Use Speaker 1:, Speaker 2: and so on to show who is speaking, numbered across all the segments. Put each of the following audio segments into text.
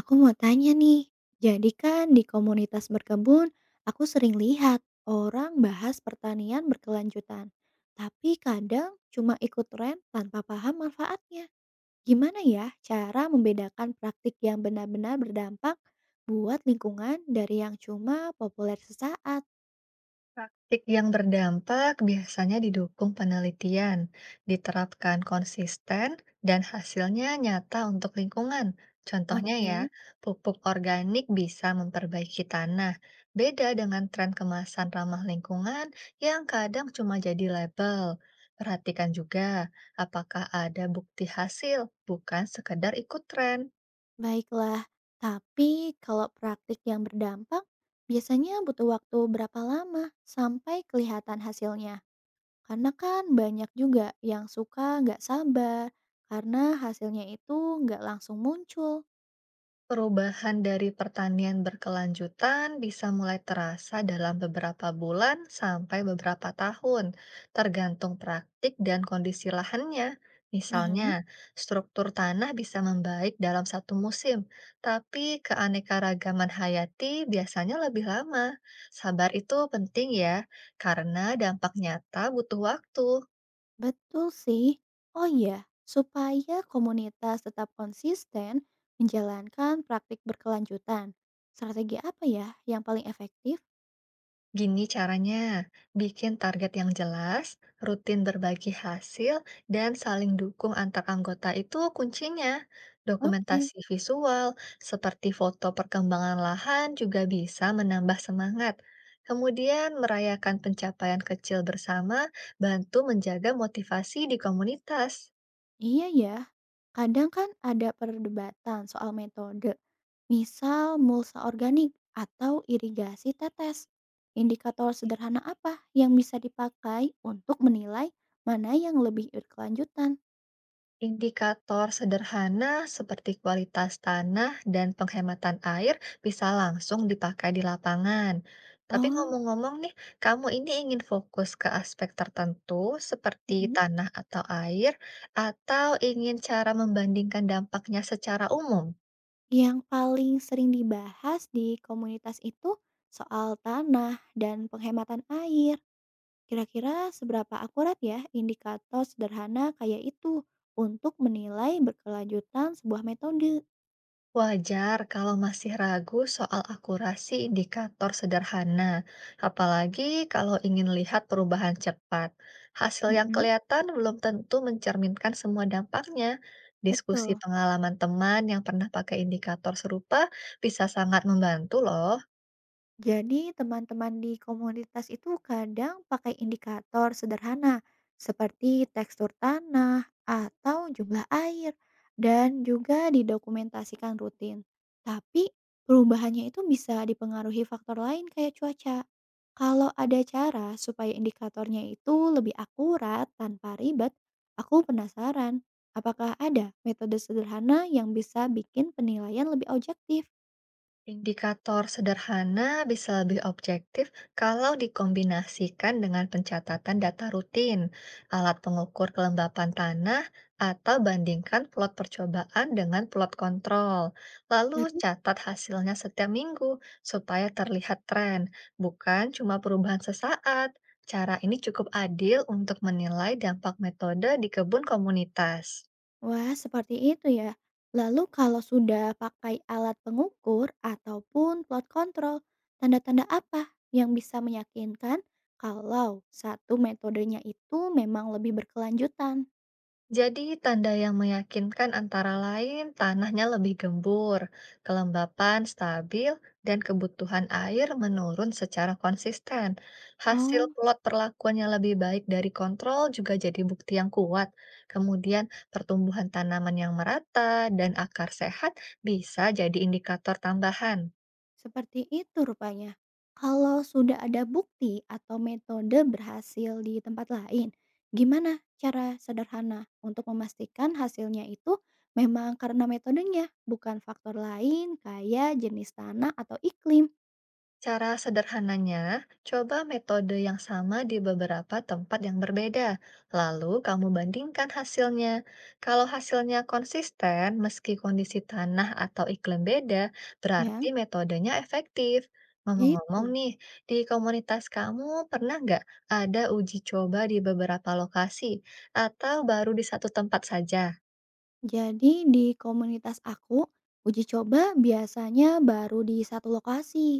Speaker 1: Aku mau tanya nih, jadi kan di komunitas berkebun, aku sering lihat orang bahas pertanian berkelanjutan. Tapi kadang cuma ikut tren tanpa paham manfaatnya. Gimana ya cara membedakan praktik yang benar-benar berdampak buat lingkungan dari yang cuma populer sesaat?
Speaker 2: Praktik yang berdampak biasanya didukung penelitian, diterapkan konsisten, dan hasilnya nyata untuk lingkungan. Contohnya
Speaker 1: Oke,
Speaker 2: ya, pupuk organik bisa memperbaiki tanah. Beda dengan tren kemasan ramah lingkungan yang kadang cuma jadi label. Perhatikan juga apakah ada bukti hasil, bukan sekedar ikut tren.
Speaker 1: baiklah. Tapi kalau praktik yang berdampak, biasanya butuh waktu berapa lama sampai kelihatan hasilnya? Karena kan banyak juga yang suka nggak sabar, karena hasilnya itu nggak langsung muncul.
Speaker 2: Perubahan dari pertanian berkelanjutan bisa mulai terasa dalam beberapa bulan sampai beberapa tahun, tergantung praktik dan kondisi lahannya. Misalnya,
Speaker 1: Aha.
Speaker 2: struktur tanah bisa membaik dalam satu musim, tapi keanekaragaman hayati biasanya lebih lama. Sabar itu penting ya, karena dampak nyata butuh waktu.
Speaker 1: Betul sih. Oh iya, supaya komunitas tetap konsisten menjalankan praktik berkelanjutan. Strategi apa ya yang paling efektif?
Speaker 2: Gini caranya, bikin target yang jelas, rutin berbagi hasil, dan saling dukung antar anggota itu kuncinya.
Speaker 1: Oke.
Speaker 2: Dokumentasi visual seperti foto perkembangan lahan juga bisa menambah semangat. Kemudian, merayakan pencapaian kecil bersama bantu menjaga motivasi di komunitas.
Speaker 1: Iya ya, kadang kan ada perdebatan soal metode. Misal mulsa organik atau irigasi tetes. Indikator sederhana apa yang bisa dipakai untuk menilai mana yang lebih berkelanjutan?
Speaker 2: Indikator sederhana seperti kualitas tanah dan penghematan air bisa langsung dipakai di lapangan. Tapi
Speaker 1: Oh,
Speaker 2: ngomong-ngomong nih, kamu ini ingin fokus ke aspek tertentu seperti
Speaker 1: mhm.
Speaker 2: tanah atau air, atau ingin cara membandingkan dampaknya secara umum?
Speaker 1: Yang paling sering dibahas di komunitas itu soal tanah dan penghematan air. Kira-kira seberapa akurat ya indikator sederhana kayak itu untuk menilai berkelanjutan sebuah metode?
Speaker 2: Wajar kalau masih ragu soal akurasi indikator sederhana, apalagi kalau ingin lihat perubahan cepat. Hasil yang
Speaker 1: Mhm.
Speaker 2: kelihatan belum tentu mencerminkan semua dampaknya. Diskusi
Speaker 1: Betul.
Speaker 2: pengalaman teman yang pernah pakai indikator serupa bisa sangat membantu loh.
Speaker 1: Jadi, teman-teman di komunitas itu kadang pakai indikator sederhana seperti tekstur tanah atau jumlah air dan juga didokumentasikan rutin. Tapi perubahannya itu bisa dipengaruhi faktor lain kayak cuaca. Kalau ada cara supaya indikatornya itu lebih akurat tanpa ribet, aku penasaran. Apakah ada metode sederhana yang bisa bikin penilaian lebih objektif?
Speaker 2: Indikator sederhana bisa lebih objektif kalau dikombinasikan dengan pencatatan data rutin, alat pengukur kelembapan tanah, atau bandingkan plot percobaan dengan plot kontrol. Lalu
Speaker 1: Terus
Speaker 2: catat hasilnya setiap minggu supaya terlihat tren, bukan cuma perubahan sesaat. Cara ini cukup adil untuk menilai dampak metode di kebun komunitas.
Speaker 1: wah, seperti itu ya. Lalu kalau sudah pakai alat pengukur ataupun plot kontrol, tanda-tanda apa yang bisa meyakinkan kalau satu metodenya itu memang lebih berkelanjutan?
Speaker 2: Jadi, tanda yang meyakinkan antara lain tanahnya lebih gembur, kelembapan stabil, dan kebutuhan air menurun secara konsisten. Hasil
Speaker 1: Oh,
Speaker 2: plot perlakuan yang lebih baik dari kontrol juga jadi bukti yang kuat. Kemudian, pertumbuhan tanaman yang merata dan akar sehat bisa jadi indikator tambahan.
Speaker 1: seperti itu rupanya. Kalau sudah ada bukti atau metode berhasil di tempat lain, gimana cara sederhana untuk memastikan hasilnya itu memang karena metodenya, bukan faktor lain kayak jenis tanah atau iklim?
Speaker 2: Cara sederhananya, coba metode yang sama di beberapa tempat yang berbeda, lalu kamu bandingkan hasilnya. Kalau hasilnya konsisten, meski kondisi tanah atau iklim beda,
Speaker 1: Ya,
Speaker 2: berarti metodenya efektif. Ngomong-ngomong
Speaker 1: gitu.
Speaker 2: nih, di komunitas kamu pernah nggak ada uji coba di beberapa lokasi, atau baru di satu tempat saja?
Speaker 1: Jadi di komunitas aku, uji coba biasanya baru di satu lokasi.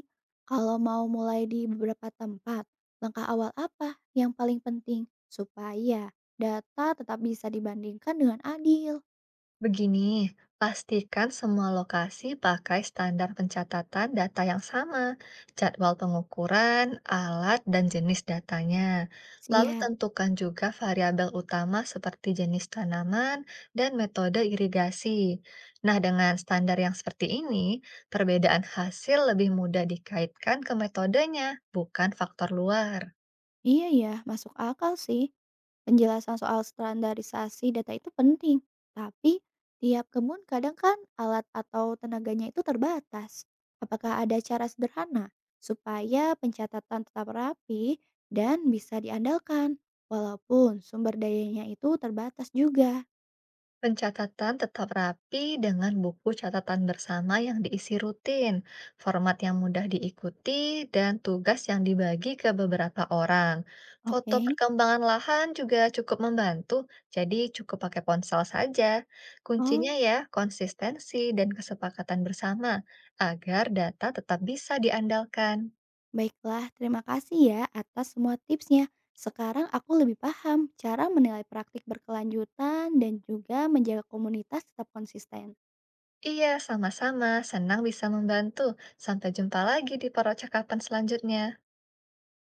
Speaker 1: Kalau mau mulai di beberapa tempat, langkah awal apa yang paling penting supaya data tetap bisa dibandingkan dengan adil?
Speaker 2: Begini, pastikan semua lokasi pakai standar pencatatan data yang sama, jadwal pengukuran, alat, dan jenis datanya. Lalu
Speaker 1: Siap.
Speaker 2: tentukan juga variabel utama seperti jenis tanaman dan metode irigasi. Nah, dengan standar yang seperti ini, perbedaan hasil lebih mudah dikaitkan ke metodenya, bukan faktor luar.
Speaker 1: Iya ya, masuk akal sih. Penjelasan soal standarisasi data itu penting, tapi tiap kebun kadang kan alat atau tenaganya itu terbatas. Apakah ada cara sederhana supaya pencatatan tetap rapi dan bisa diandalkan walaupun sumber dayanya itu terbatas juga?
Speaker 2: Pencatatan tetap rapi dengan buku catatan bersama yang diisi rutin, format yang mudah diikuti, dan tugas yang dibagi ke beberapa orang. Foto
Speaker 1: Oke.
Speaker 2: perkembangan lahan juga cukup membantu, jadi cukup pakai ponsel saja. Kuncinya
Speaker 1: Oh,
Speaker 2: ya, konsistensi dan kesepakatan bersama agar data tetap bisa diandalkan.
Speaker 1: baiklah. Terima kasih ya atas semua tipsnya. Sekarang aku lebih paham cara menilai praktik berkelanjutan dan juga menjaga komunitas tetap konsisten.
Speaker 2: Iya, sama-sama. Senang bisa membantu. Sampai jumpa lagi di percakapan selanjutnya.